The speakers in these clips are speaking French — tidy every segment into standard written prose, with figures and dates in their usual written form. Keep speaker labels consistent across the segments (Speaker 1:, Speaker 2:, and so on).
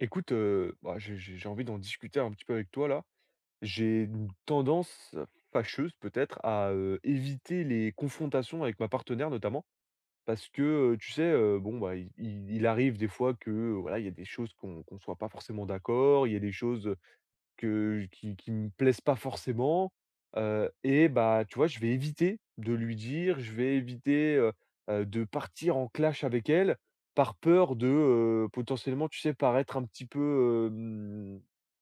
Speaker 1: Écoute, bah, j'ai envie d'en discuter un petit peu avec toi, là. J'ai une tendance fâcheuse, peut-être, à, éviter les confrontations avec ma partenaire, notamment, parce que, tu sais, bon, bah, il arrive des fois que, voilà, il y a des choses qu'on soit pas forcément d'accord, il y a des choses, que qui me plaisent pas forcément, et bah, tu vois, je vais éviter de lui dire, je vais éviter, de partir en clash avec elle par peur de, potentiellement, tu sais, paraître un petit peu,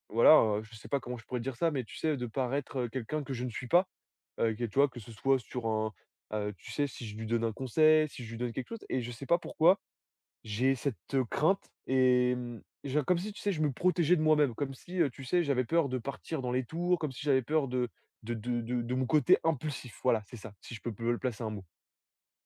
Speaker 1: voilà, je sais pas comment je pourrais dire ça, mais tu sais, de paraître, quelqu'un que je ne suis pas, que tu vois, que ce soit sur un, tu sais, si je lui donne un conseil, si je lui donne quelque chose et je sais pas pourquoi, j'ai cette, crainte et mmh, j'ai comme si, tu sais, je me protégeais de moi-même, comme si, tu sais, j'avais peur de partir dans les tours, comme si j'avais peur de de mon côté impulsif. Voilà, c'est ça, si je peux le placer un mot.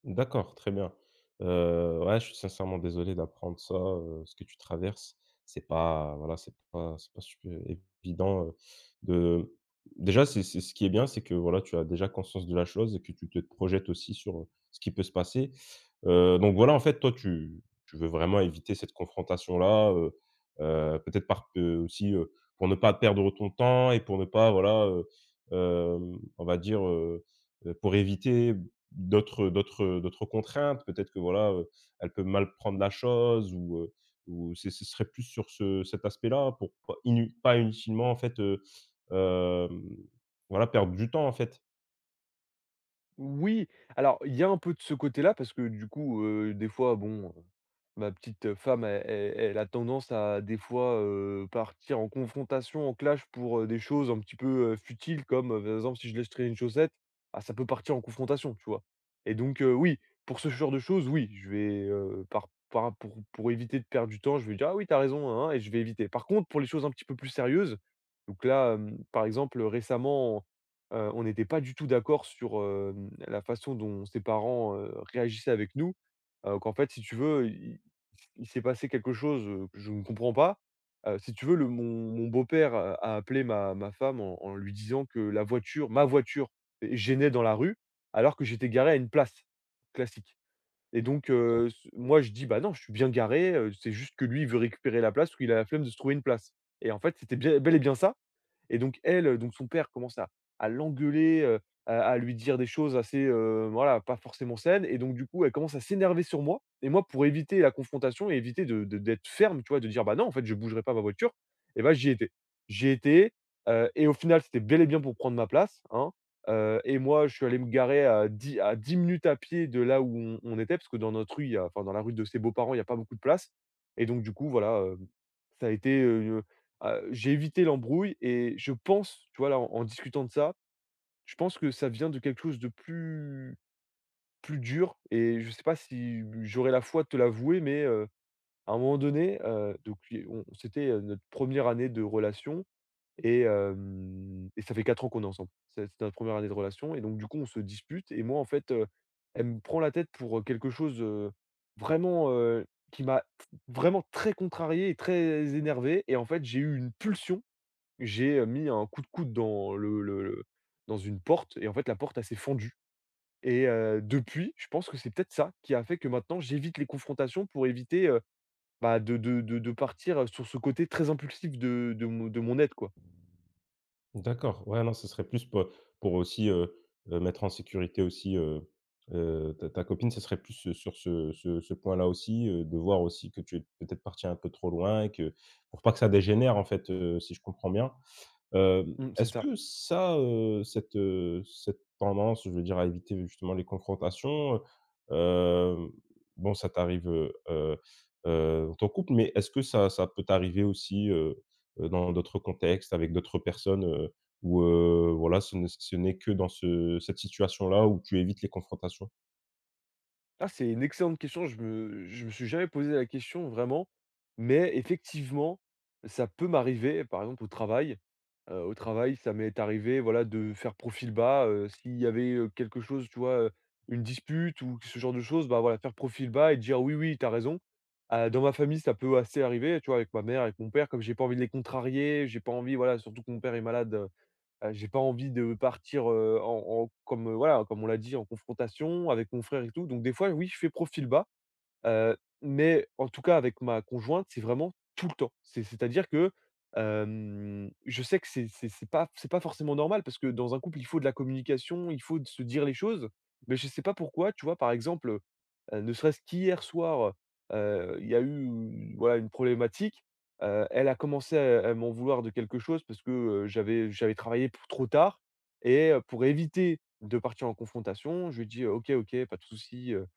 Speaker 2: D'accord, très bien. Ouais, je suis sincèrement désolé d'apprendre ça, ce que tu traverses. C'est pas super évident, de déjà, c'est ce qui est bien, c'est que, voilà, tu as déjà conscience de la chose et que tu te projettes aussi sur, ce qui peut se passer. Donc voilà, en fait, toi, tu veux vraiment éviter cette confrontation-là, peut-être par aussi, pour ne pas perdre ton temps et pour ne pas, voilà, on va dire, pour éviter d'autres contraintes, peut-être que voilà, elle peut mal prendre la chose ou, ou c'est ce serait plus sur ce cet aspect-là pour pas inu pas inutilement en fait, hem, voilà perdre du temps en fait.
Speaker 1: Oui, alors il y a un peu de ce côté-là parce que du coup, des fois, bon, ma petite femme, elle a tendance à des fois, partir en confrontation, en clash pour, des choses un petit peu, futiles comme, par exemple, si je laisse traîner une chaussette, ah ça peut partir en confrontation, tu vois? Et donc, oui, pour ce genre de choses, oui, je vais, par pour éviter de perdre du temps, je vais dire: «Ah oui, t'as raison, hein, hein» et je vais éviter. Par contre, pour les choses un petit peu plus sérieuses, donc là, par exemple, récemment. On n'était pas du tout d'accord sur, la façon dont ses parents, réagissaient avec nous. Qu'en fait, si tu veux, il s'est passé quelque chose, que je ne comprends pas. Si tu veux, le mon beau-père a appelé ma femme en lui disant que la voiture ma voiture gênait dans la rue, alors que j'étais garé à une place classique et donc
Speaker 2: D'accord.
Speaker 1: s moi, je dis: «Bah, non, je suis bien garé, c'est juste que lui, il veut récupérer la place ou il a la flemme de se trouver une place» et en fait, c'était bien bel et bien ça. Et donc elle, donc son père commence à l'engueuler, à lui dire des choses assez, voilà, pas forcément saines et donc du coup, elle commence à s'énerver sur moi et moi pour éviter la confrontation et éviter de d'être ferme, tu vois? De dire: «Bah non, en fait, je bougerai pas ma voiture» et bah, j'y étais. J'y étais, et au final, c'était bel et bien pour prendre ma place, hein, et moi, je suis allé me garer à 10 à 10 minutes à pied de là où on était parce que dans notre rue, il y a enfin dans la rue de ses beaux-parents, il y a pas beaucoup de place et donc du coup, voilà, ça a été, j'ai évité l'embrouille et je pense, tu vois, là, en discutant de ça, je pense que ça vient de quelque chose de plus plus dur et je sais pas si j'aurai la foi de te l'avouer, mais à un moment donné, donc i on c'était, notre première année de relation et hem et ça fait 4 ans qu'on est ensemble. C'était notre première année de relation et donc du coup, on se dispute et moi, en fait, elle me prend la tête pour, quelque chose, vraiment, qui m'a vraiment très contrarié et très énervé et en fait, j'ai eu une pulsion, j'ai, mis un coup de coude dans le dans une porte et en fait la porte elle s'est fendue et depuis, je pense que c'est peut-être ça qui a fait que maintenant j'évite les confrontations pour éviter, bah, de partir, sur ce côté très impulsif de mon de mon être quoi.
Speaker 2: D'accord, ouais, non, ce serait plus pour aussi, mettre en sécurité aussi, ta ta copine, ce serait plus, sur ce point-là aussi, de voir aussi que tu es peut-être parti un peu trop loin et que pour pas que ça dégénère en fait, si je comprends bien.
Speaker 1: Mmh, c'est
Speaker 2: Est-ce
Speaker 1: ça.
Speaker 2: que ça, cette, cette tendance, je veux dire, à éviter justement les confrontations, bon, ça t'arrive, dans ton couple, mais est-ce que ça ça peut t'arriver aussi, dans d'autres contextes, avec d'autres personnes, où, voilà, ce n'est que dans ce cette situation-là où tu évites les confrontations?
Speaker 1: Ah, c'est une excellente question. Je me suis jamais posé la question vraiment, mais effectivement, ça peut m'arriver, par exemple au travail. Au travail, ça m'est arrivé, voilà, de faire profil bas, s'il y avait, quelque chose, tu vois, une dispute ou ce genre de choses, bah, voilà, faire profil bas et dire: «Oui, oui, t'as raison». Dans ma famille, ça peut assez arriver, tu vois, avec ma mère, avec mon père, comme j'ai pas envie de les contrarier, j'ai pas envie, voilà, surtout que mon père est malade. J'ai pas envie de partir, en en comme, voilà, comme on l'a dit, en confrontation avec mon frère et tout. Donc des fois, oui, je fais profil bas. Mais en tout cas avec ma conjointe, c'est vraiment tout le temps. C'est c'est-à-dire que, je sais que c'est pas forcément normal parce que dans un couple, il faut de la communication, il faut de se dire les choses. Mais je sais pas pourquoi, tu vois? Par exemple, ne serait-ce qu'hier soir, il y a eu, voilà, une problématique. Elle a commencé à m'en vouloir de quelque chose parce que, j'avais travaillé p trop tard et pour éviter de partir en confrontation, je lui ai dit: «OK, OK, pas de souci, heu,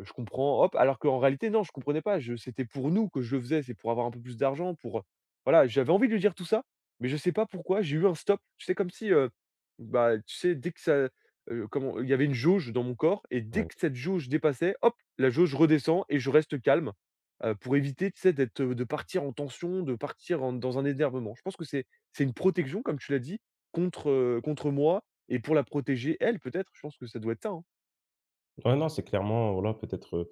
Speaker 1: je comprends, hop», alors qu'en réalité non, je comprenais pas, je c'était pour nous que je le faisais, c'est pour avoir un peu plus d'argent pour, voilà, j'avais envie de lui dire tout ça, mais je sais pas pourquoi, j'ai eu un stop. Tu sais comme si, bah, tu sais dès que ça, comment il y avait une jauge dans mon corps et dès
Speaker 2: Ouais.
Speaker 1: que cette jauge dépassait, hop, la jauge redescend et je reste calme, pour éviter, tu sais, d'être, de partir en tension, de partir en dans un énervement. Je pense que c'est une protection comme tu l'as dit contre, contre moi et pour la protéger elle peut-être, je pense que ça doit être ça, hein.
Speaker 2: Ouais, non, c'est clairement, voilà, peut-être,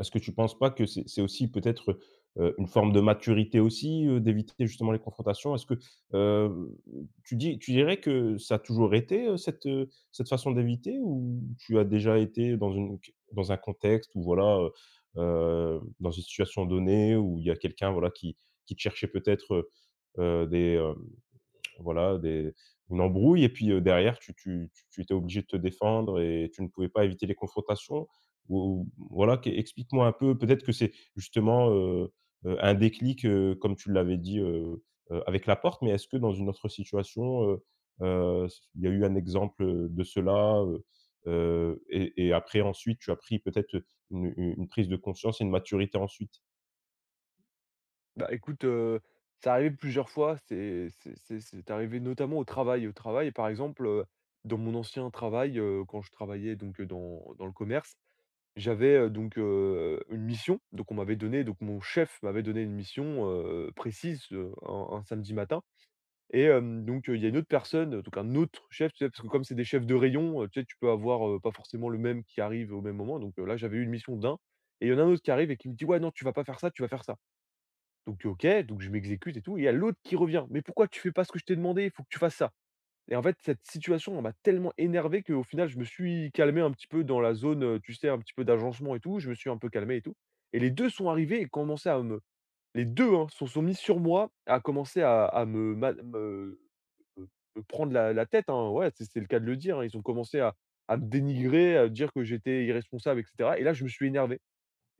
Speaker 2: est-ce que tu penses pas que c'est aussi peut-être, une forme de maturité aussi, d'éviter justement les confrontations? Est-ce que, heu, tu dirais que ça a toujours été, cette, cette façon d'éviter ou tu as déjà été dans une dans un contexte où voilà, dans une situation donnée où il y a quelqu'un voilà qui te cherchait peut-être, heu, des, voilà, des une embrouille et puis, derrière tu étais obligé de te défendre et tu ne pouvais pas éviter les confrontations ou voilà, qu'e explique-moi un peu, peut-être que c'est justement, un déclic, comme tu l'avais dit, avec la porte, mais est-ce que dans une autre situation, heu, il y a eu un exemple, de cela, et après ensuite tu as pris peut-être, une une prise de conscience et une maturité ensuite?
Speaker 1: Bah, écoute, c'est arrivé plusieurs fois, c'est arrivé notamment au travail. Au travail, par exemple, dans mon ancien travail, quand je travaillais donc, dans dans le commerce, j'avais, donc, une mission. Donc on m'avait donné donc mon chef m'avait donné une mission, précise, un samedi matin et donc, il y a une autre personne, donc un autre chef, tu sais? Parce que comme c'est des chefs de rayon, tu sais? Tu peux avoir, pas forcément le même qui arrive au même moment. Donc, là, j'avais eu une mission d'un et il y en a un autre qui arrive et qui me dit: «Ouais, non, tu vas pas faire ça, tu vas faire ça». Donc OK, donc je m'exécute et tout, et il y a l'autre qui revient: «Mais pourquoi tu fais pas ce que je t'ai demandé? Il faut que tu fasses ça». Et en fait, cette situation, elle m'a tellement énervé qu'au final, je me suis calmé un petit peu dans la zone, tu sais, un petit peu d'agencement et tout, je me suis un peu calmé et tout. Et les 2 sont arrivés et commençaient à me les deux, hein, se sont mis sur moi, à commencer à me ma me me me prendre la tête, hein, ouais, c'est le cas de le dire, hein. Ils ont commencé à me dénigrer, à dire que j'étais irresponsable et cetera et là, je me suis énervé.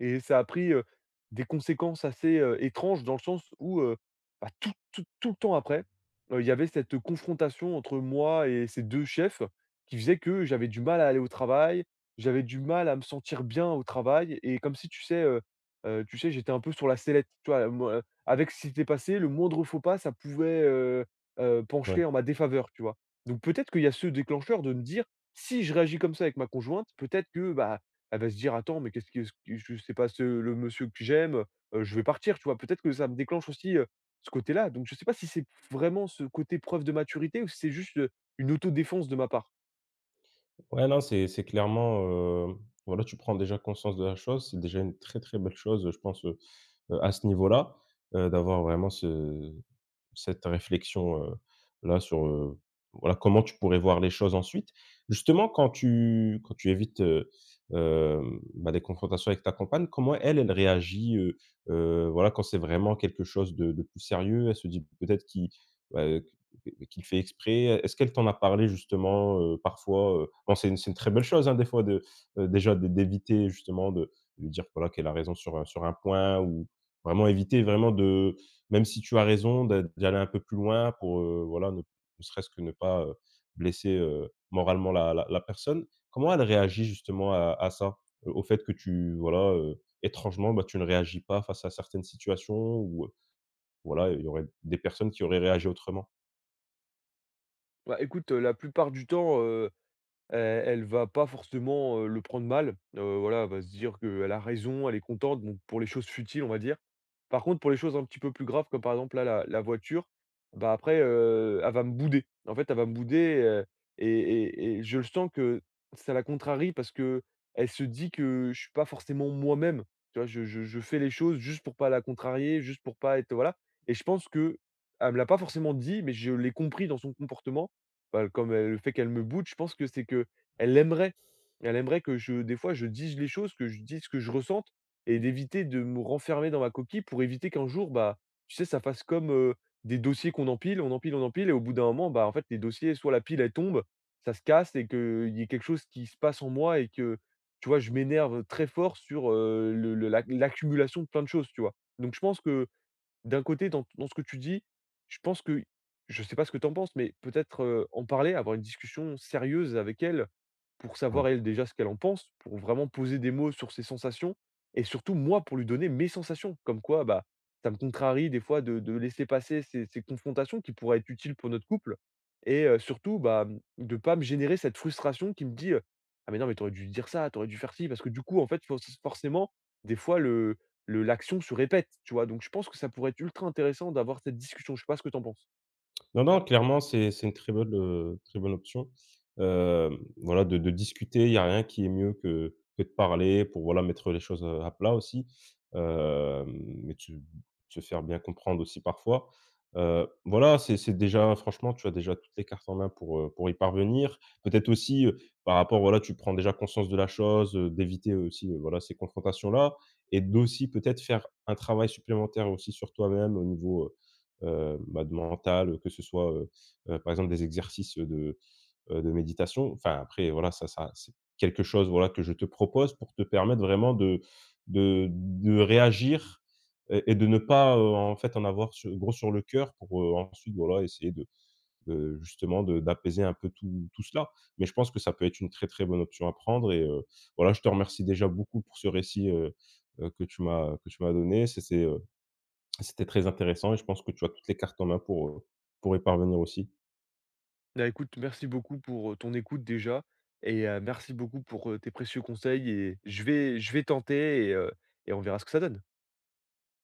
Speaker 1: Et ça a pris, des conséquences assez, étranges dans le sens où, bah, tout le temps après, il y avait cette confrontation entre moi et ces 2 chefs qui faisait que j'avais du mal à aller au travail, j'avais du mal à me sentir bien au travail et comme si tu sais, tu sais, j'étais un peu sur la sellette, tu vois? Moi, avec ce qui s'était passé, le moindre faux pas, ça pouvait,
Speaker 2: Ouais.
Speaker 1: pencher en ma défaveur, tu vois? Donc peut-être qu'il y a ce déclencheur de me dire: «Si je réagis comme ça avec ma conjointe, peut-être que, bah, elle va se dire: «Attends, mais qu'est-ce que ce que je sais pas ce le monsieur que j'aime, je vais partir», tu vois? Peut-être que ça me déclenche aussi, ce côté-là, donc je sais pas si c'est vraiment ce côté preuve de maturité ou si c'est juste, une autodéfense de ma part.
Speaker 2: Ouais, non, c'est clairement, voilà, tu prends déjà conscience de la chose. C'est déjà une très, très belle chose, je pense, à ce niveau-là, d'avoir vraiment ce cette réflexion, là sur, voilà, comment tu pourrais voir les choses ensuite. Justement, quand tu évites, bah, des confrontations avec ta compagne, comment elle, elle réagit, voilà, quand c'est vraiment quelque chose de plus sérieux? Elle se dit peut-être qui, bah, qu'il fait exprès? Est-ce qu'elle t'en a parlé justement, parfois, heu? Bon, c'est une très belle chose, hein, des fois de, déjà d'é d'éviter justement de lui dire, voilà, qu'elle a raison sur, sur un point ou vraiment éviter vraiment de même si tu as raison d'aller un peu plus loin pour, voilà, ne ne serait-ce que ne pas, blesser, moralement la personne. Comment elle réagit justement à ça? Au fait que tu voilà, étrangement, bah, tu ne réagis pas face à certaines situations ou, voilà, il y aurait des personnes qui auraient réagi autrement?
Speaker 1: Bah, écoute, la plupart du temps, elle va pas forcément, le prendre mal, voilà, elle va se dire qu'elle a raison, elle est contente, donc pour les choses futiles, on va dire. Par contre, pour les choses un petit peu plus graves, comme par exemple là, la voiture, bah, après, elle va me bouder. En fait, elle va me bouder, et je le sens que ça la contrarie parce que elle se dit que je suis pas forcément moi-même, tu vois? Je fais les choses juste pour pas la contrarier, juste pour pas être, voilà et je pense que elle me l'a pas forcément dit, mais je l'ai compris dans son comportement, bah, comme elle le fait qu'elle me boude, je pense que c'est que elle aimerait elle aimerait que je des fois, je dise les choses, que je dise ce que je ressente et d'éviter de me renfermer dans ma coquille pour éviter qu'un jour, bah, tu sais, ça fasse comme, des dossiers qu'on empile, on empile, on empile et au bout d'un moment, bah, en fait, les dossiers, soit la pile, elle tombe, ça se casse et qu'il y ait quelque chose qui se passe en moi et que, tu vois, je m'énerve très fort sur, le l'ac l'accumulation de plein de choses, tu vois? Donc je pense que d'un côté, dans dans ce que tu dis, je pense que je sais pas ce que tu en penses, mais peut-être, en parler, avoir une discussion sérieuse avec elle, pour
Speaker 2: Ouais.
Speaker 1: savoir elle déjà ce qu'elle en pense, pour vraiment poser des mots sur ses sensations et surtout moi pour lui donner mes sensations. Comme quoi, bah, ça me contrarie des fois de laisser passer ces confrontations qui pourraient être utiles pour notre couple et surtout, bah, mmh, de pas me générer cette frustration qui me dit, «Ah mais non, mais tu aurais dû dire ça, tu aurais dû faire ci». Parce que du coup, en fait, faut forcément, des fois le l'action se répète, tu vois? Donc je pense que ça pourrait être ultra intéressant d'avoir cette discussion. Je sais pas ce que tu en penses?
Speaker 2: Non, non, clairement, c'est une très bonne option. Voilà, de discuter, il y a rien qui est mieux que de parler pour, voilà, mettre les choses, à plat aussi. Et de se faire bien comprendre aussi parfois. Voilà, c'est déjà franchement, tu as déjà toutes les cartes en main pour y parvenir. Peut-être aussi, par rapport, voilà, tu prends déjà conscience de la chose, d'éviter aussi, voilà, ces confrontations-là et d'aussi peut-être faire un travail supplémentaire aussi sur toi-même au niveau, bah, de mental, que ce soit, par exemple des exercices, de méditation. Enfin après voilà, ça ça c'est quelque chose voilà que je te propose pour te permettre vraiment de de réagir et de ne pas, en fait, en avoir su gros sur le cœur pour, ensuite voilà essayer de justement de d'apaiser un peu tout tout cela. Mais je pense que ça peut être une très, très bonne option à prendre et voilà, je te remercie déjà beaucoup pour ce récit, que tu m'as donné. C'était c'était très intéressant et je pense que tu as toutes les cartes en main pour y parvenir aussi.
Speaker 1: Bah, écoute, merci beaucoup pour, ton écoute déjà et merci beaucoup pour, tes précieux conseils et je vais tenter et on verra ce que ça donne.